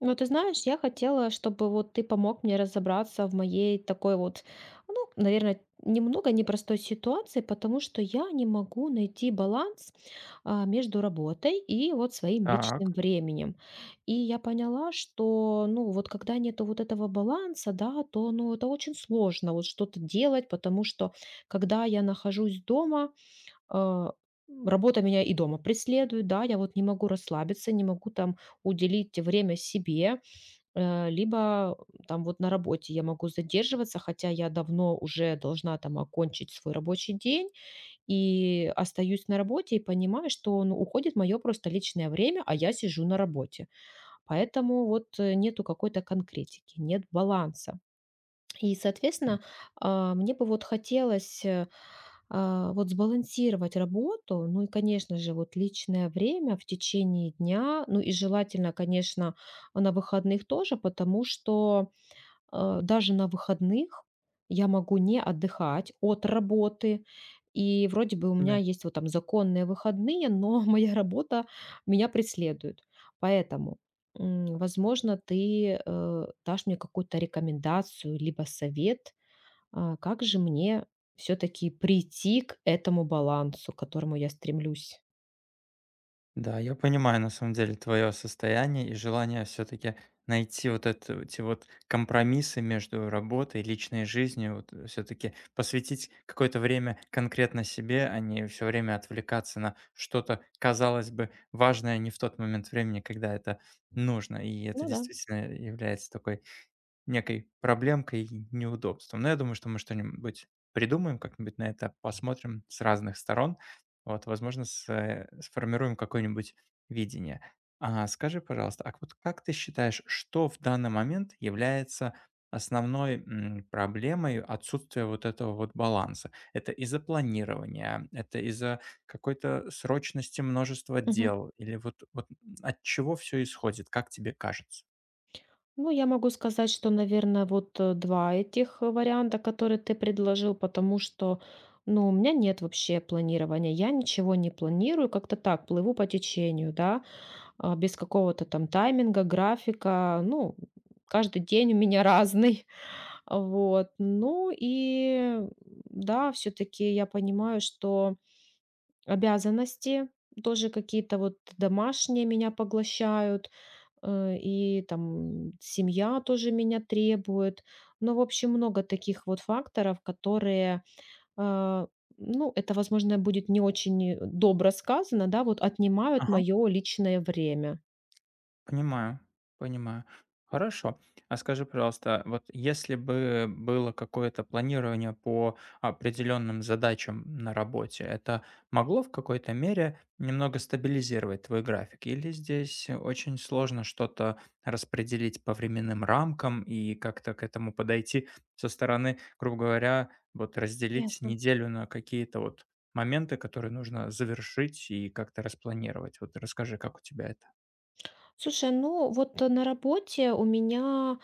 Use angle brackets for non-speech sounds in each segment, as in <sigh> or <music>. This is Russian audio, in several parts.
Ну, ты знаешь, я хотела, чтобы вот ты помог мне разобраться в моей такой вот, ну, наверное, немного непростой ситуации, потому что я не могу найти баланс между работой и вот своим Так. личным временем. И я поняла, что, ну, вот когда нету вот этого баланса, да, то, ну, это очень сложно вот что-то делать, потому что когда я нахожусь дома, а, работа меня и дома преследует, да, я вот не могу расслабиться, не могу там уделить время себе. Э, либо там вот на работе я могу задерживаться, хотя я давно уже должна там окончить свой рабочий день и остаюсь на работе и понимаю, что, ну, уходит мое просто личное время, а я сижу на работе. Поэтому вот нету какой-то конкретики, нет баланса. И, М, соответственно, мне бы вот хотелось вот сбалансировать работу, ну и, конечно же, вот личное время в течение дня, ну и желательно, конечно, на выходных тоже, потому что даже на выходных я могу не отдыхать от работы. И вроде бы у меня да. есть вот там законные выходные, но <laughs> моя работа меня преследует. Поэтому, возможно, ты дашь мне какую-то рекомендацию, либо совет, как же мне все-таки прийти к этому балансу, к которому я стремлюсь. Да, я понимаю, на самом деле, твое состояние и желание все-таки найти вот это, эти вот компромиссы между работой и личной жизнью, вот все-таки посвятить какое-то время конкретно себе, а не все время отвлекаться на что-то, казалось бы, важное не в тот момент времени, когда это нужно. И это Ну да. действительно является такой некой проблемкой и неудобством. Но я думаю, что мы что-нибудь придумаем, как-нибудь на это посмотрим с разных сторон. Вот, возможно, сформируем какое-нибудь видение. А скажи, пожалуйста, а вот как ты считаешь, что в данный момент является основной проблемой отсутствия вот этого вот баланса? Это из-за планирования, это из-за какой-то срочности множества дел, или вот от чего все исходит, как тебе кажется? Ну, я могу сказать, что, наверное, вот два этих варианта, которые ты предложил, потому что, ну, у меня нет вообще планирования, я ничего не планирую, как-то так, плыву по течению, да, без какого-то там тайминга, графика, ну, каждый день у меня разный, <laughs> вот. Ну и, да, все-таки я понимаю, что обязанности тоже какие-то вот домашние меня поглощают. И там семья тоже меня требует. Ну, в общем, много таких вот факторов, которые, а, ну, это, возможно, будет не очень, добро сказано, да, вот отнимают моё личное время. Понимаю, понимаю. Хорошо. А скажи, пожалуйста, вот если бы было какое-то планирование по определенным задачам на работе, это могло в какой-то мере немного стабилизировать твой график? Или здесь очень сложно что-то распределить по временным рамкам и как-то к этому подойти со стороны, грубо говоря, вот разделить Ясно. неделю на какие-то вот моменты, которые нужно завершить и как-то распланировать? Вот расскажи, как у тебя это? Слушай, ну вот на работе у меня,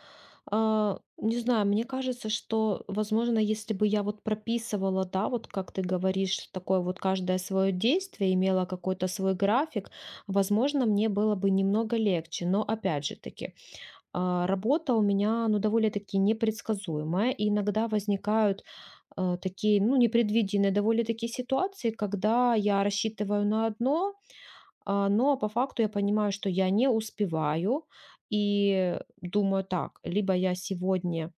не знаю, мне кажется, что, возможно, если бы я вот прописывала, да, вот как ты говоришь, такое вот каждое свое действие, имела какой-то свой график, возможно, мне было бы немного легче. Но опять же таки, работа у меня, ну, довольно-таки непредсказуемая, и иногда возникают такие, ну, непредвиденные довольно-таки ситуации, когда я рассчитываю на одно, но по факту я понимаю, что я не успеваю и думаю так: либо я сегодня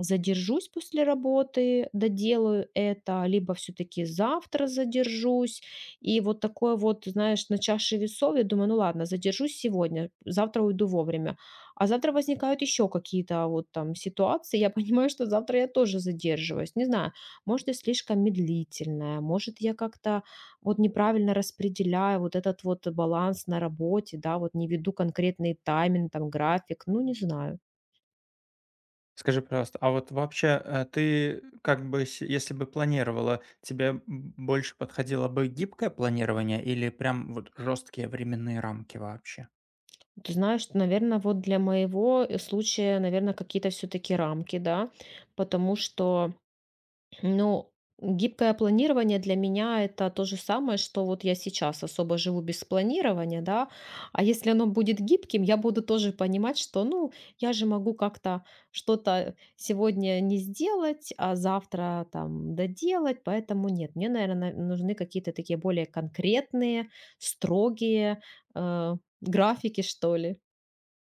задержусь после работы, доделаю это, либо все таки завтра задержусь. И вот такое вот, знаешь, на чаше весов. Я думаю: ну ладно, задержусь сегодня, завтра уйду вовремя. А завтра возникают еще какие-то вот там ситуации. Я <laughs> понимаю, что завтра я тоже задерживаюсь. Не знаю, может, я слишком медлительная, может, я как-то вот неправильно распределяю вот этот вот баланс на работе, да, вот не веду конкретный тайминг, там, график, ну, не знаю. Скажи, пожалуйста, а вот вообще, ты как бы, с если бы планировала, тебе больше подходило бы гибкое планирование или прям вот жесткие временные рамки вообще? Ты знаешь, наверное, вот для моего случая, наверное, какие-то все-таки рамки, да, потому что, ну, гибкое планирование для меня это то же самое, что вот я сейчас особо живу без планирования, да. А если оно будет гибким, я буду тоже понимать, что, ну, я же могу как-то что-то сегодня не сделать, а завтра там доделать, поэтому нет. Мне, наверное, нужны какие-то такие более конкретные, строгие э, графики, что ли.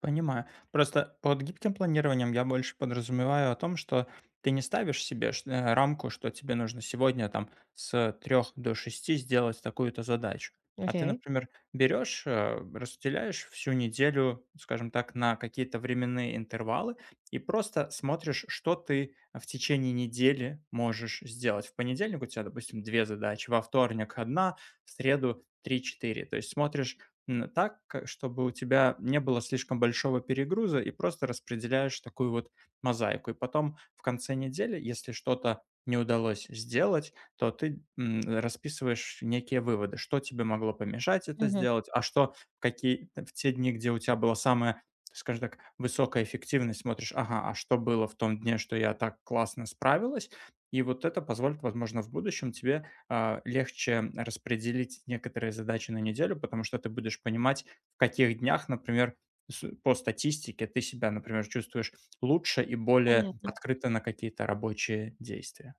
Понимаю. Просто под гибким планированием я больше подразумеваю о том, что ты не ставишь себе рамку, что тебе нужно сегодня там с трех до шести сделать такую-то задачу. А ты, Окей. например, берешь, разделяешь всю неделю, скажем так, на какие-то временные интервалы и просто смотришь, что ты в течение недели можешь сделать. В понедельник у тебя, допустим, две задачи, во вторник одна, в среду три-четыре. То есть смотришь так, чтобы у тебя не было слишком большого перегруза, и просто распределяешь такую вот мозаику. И потом в конце недели, если что-то не удалось сделать, то ты расписываешь некие выводы, что тебе могло помешать это Мгм. сделать, а что в те дни, где у тебя была самая, скажем так, высокая эффективность, смотришь, ага, а что было в том дне, что я так классно справилась, и вот это позволит, возможно, в будущем тебе легче распределить некоторые задачи на неделю, потому что ты будешь понимать, в каких днях, например, по статистике ты себя, например, чувствуешь лучше и более Понятно. открыто на какие-то рабочие действия.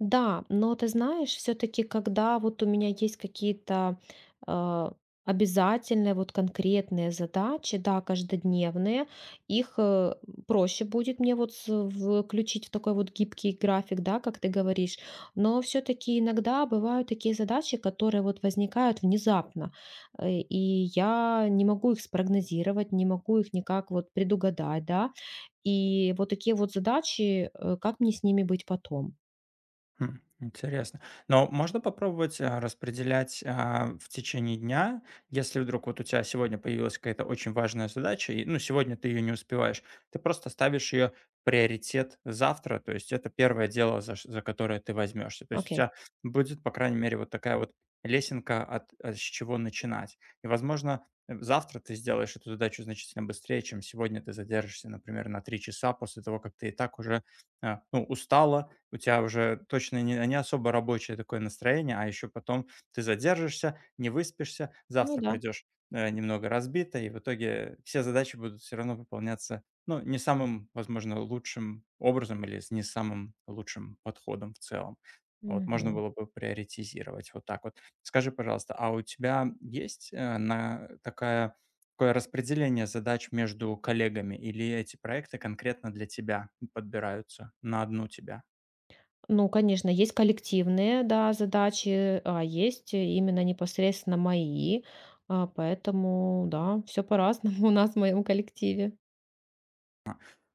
Да, но ты знаешь, все-таки, когда вот у меня есть какие-то э, обязательные, вот конкретные задачи, да, каждодневные, их проще будет мне вот включить в такой вот гибкий график, да, как ты говоришь. Но все-таки иногда бывают такие задачи, которые вот возникают внезапно, и я не могу их спрогнозировать, не могу их никак вот предугадать, да. И вот такие вот задачи, как мне с ними быть потом? Хм, интересно. Но можно попробовать, распределять, в течение дня, если вдруг вот у тебя сегодня появилась какая-то очень важная задача, и, ну, сегодня ты ее не успеваешь, ты просто ставишь ее приоритет завтра, то есть это первое дело, за которое ты возьмешься. То есть у тебя Окей. будет, по крайней мере, вот такая вот лесенка, от с чего начинать. И, возможно, завтра ты сделаешь эту задачу значительно быстрее, чем сегодня ты задержишься, например, на три часа после того, как ты и так уже ну, устала, у тебя уже точно не особо рабочее такое настроение, а еще потом ты задержишься, не выспишься, Ну завтра да. придешь немного разбито, и в итоге все задачи будут все равно выполняться, ну, не самым, возможно, лучшим образом или с не самым лучшим подходом в целом. Вот можно Мгм. было бы приоритизировать вот так вот. Скажи, пожалуйста, а у тебя есть такое распределение задач между коллегами или эти проекты конкретно для тебя подбираются на одну тебя? Ну, конечно, есть коллективные, да, задачи, а есть именно непосредственно мои. Поэтому, да, все по-разному <laughs> у нас в моем коллективе.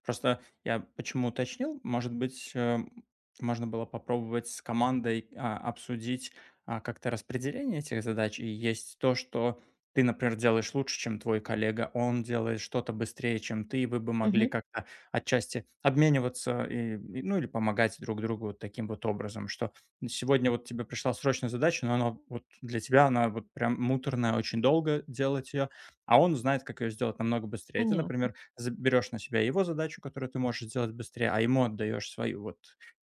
Просто я почему уточнил, может быть, можно было попробовать с командой, обсудить, как-то распределение этих задач. И есть то, что ты, например, делаешь лучше, чем твой коллега, он делает что-то быстрее, чем ты, и вы бы могли Мгм. как-то отчасти обмениваться ну, или помогать друг другу вот таким вот образом, что сегодня вот тебе пришла срочная задача, но она вот для тебя, она вот прям муторная, очень долго делать ее, а он знает, как ее сделать намного быстрее. Ты, Понятно. например, з берешь на себя его задачу, которую ты можешь сделать быстрее, а ему отдаешь свою. Вот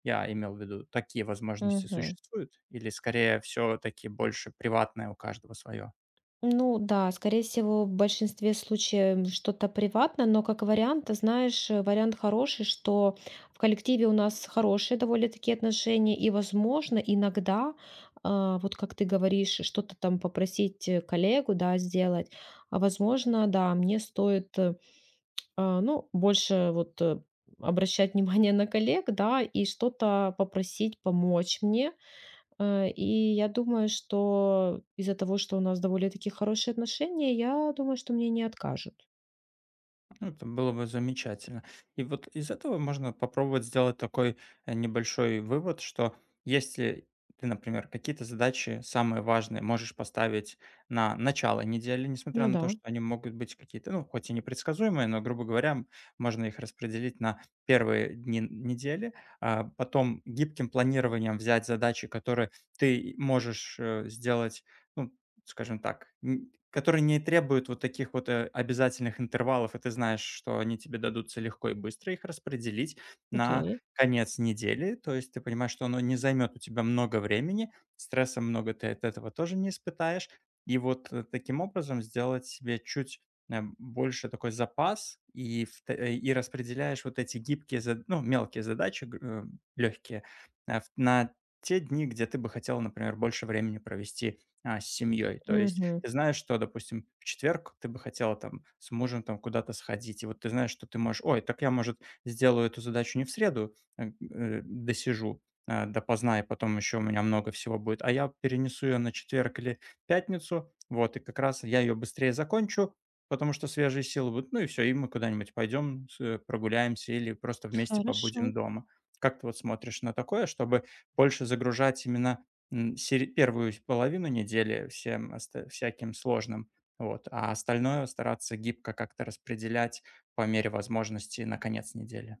я имел в виду, такие возможности Мгм. существуют? Или скорее все таки больше приватное у каждого свое? Ну да, скорее всего, в большинстве случаев что-то приватно, но как вариант, ты знаешь, вариант хороший, что в коллективе у нас хорошие довольно-таки отношения, и, возможно, иногда, вот как ты говоришь, что-то там попросить коллегу, да, сделать, а возможно, да, мне стоит, ну, больше вот обращать <laughs> внимание на коллег, да, и что-то попросить помочь мне. И я думаю, что из-за того, что у нас довольно-таки хорошие отношения, я думаю, что мне не откажут. Ну, это было бы замечательно. И вот из этого можно попробовать сделать такой небольшой вывод, что если ты, например, какие-то задачи самые важные можешь поставить на начало недели, несмотря Ну на да, то, что они могут быть какие-то, ну, хоть и непредсказуемые, но, грубо говоря, можно их распределить на первые дни недели, а потом гибким планированием взять задачи, которые ты можешь сделать, ну, скажем так, н которые не требуют вот таких вот, обязательных интервалов, и ты знаешь, что они тебе дадутся легко и быстро, их распределить на окей. конец недели. То есть ты понимаешь, что оно не займет у тебя много времени, стресса много ты от этого тоже не испытаешь. И вот, таким образом сделать себе больше такой запас и распределяешь вот эти гибкие зад ну, мелкие задачи, легкие, на те дни, где ты бы хотела, например, больше времени провести с семьей. То есть Мгм. ты знаешь, что, допустим, в четверг ты бы хотела там с мужем там куда-то сходить, и вот ты знаешь, что ты можешь: "Ой, так я, может, сделаю эту задачу не в среду, досижу, допоздна, и потом еще у меня много всего будет, а я перенесу ее на четверг или пятницу, вот, и как раз я ее быстрее закончу, потому что свежие силы будут, ну и все, и мы куда-нибудь пойдем, прогуляемся или просто вместе Хорошо. побудем дома". Как ты вот смотришь на такое, чтобы больше загружать именно М, сери первую половину недели всем оста всяким сложным, вот, а остальное стараться гибко как-то распределять по мере возможности на конец недели.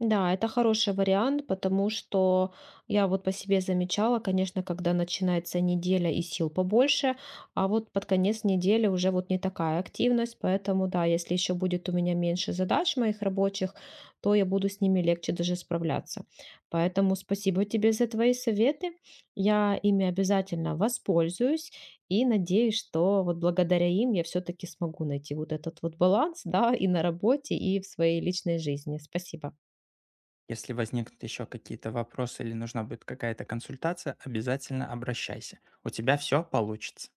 Да, это хороший вариант, потому что я вот по себе замечала, конечно, когда начинается неделя и сил побольше, а вот под конец недели уже вот не такая активность, поэтому да, если еще будет у меня меньше задач моих рабочих, то я буду с ними легче даже справляться. Поэтому спасибо тебе за твои советы, я ими обязательно воспользуюсь и надеюсь, что вот благодаря им я все-таки смогу найти вот этот вот баланс, да, и на работе, и в своей личной жизни. Спасибо. Если возникнут еще какие-то вопросы или нужна будет какая-то консультация, обязательно обращайся. У тебя все получится.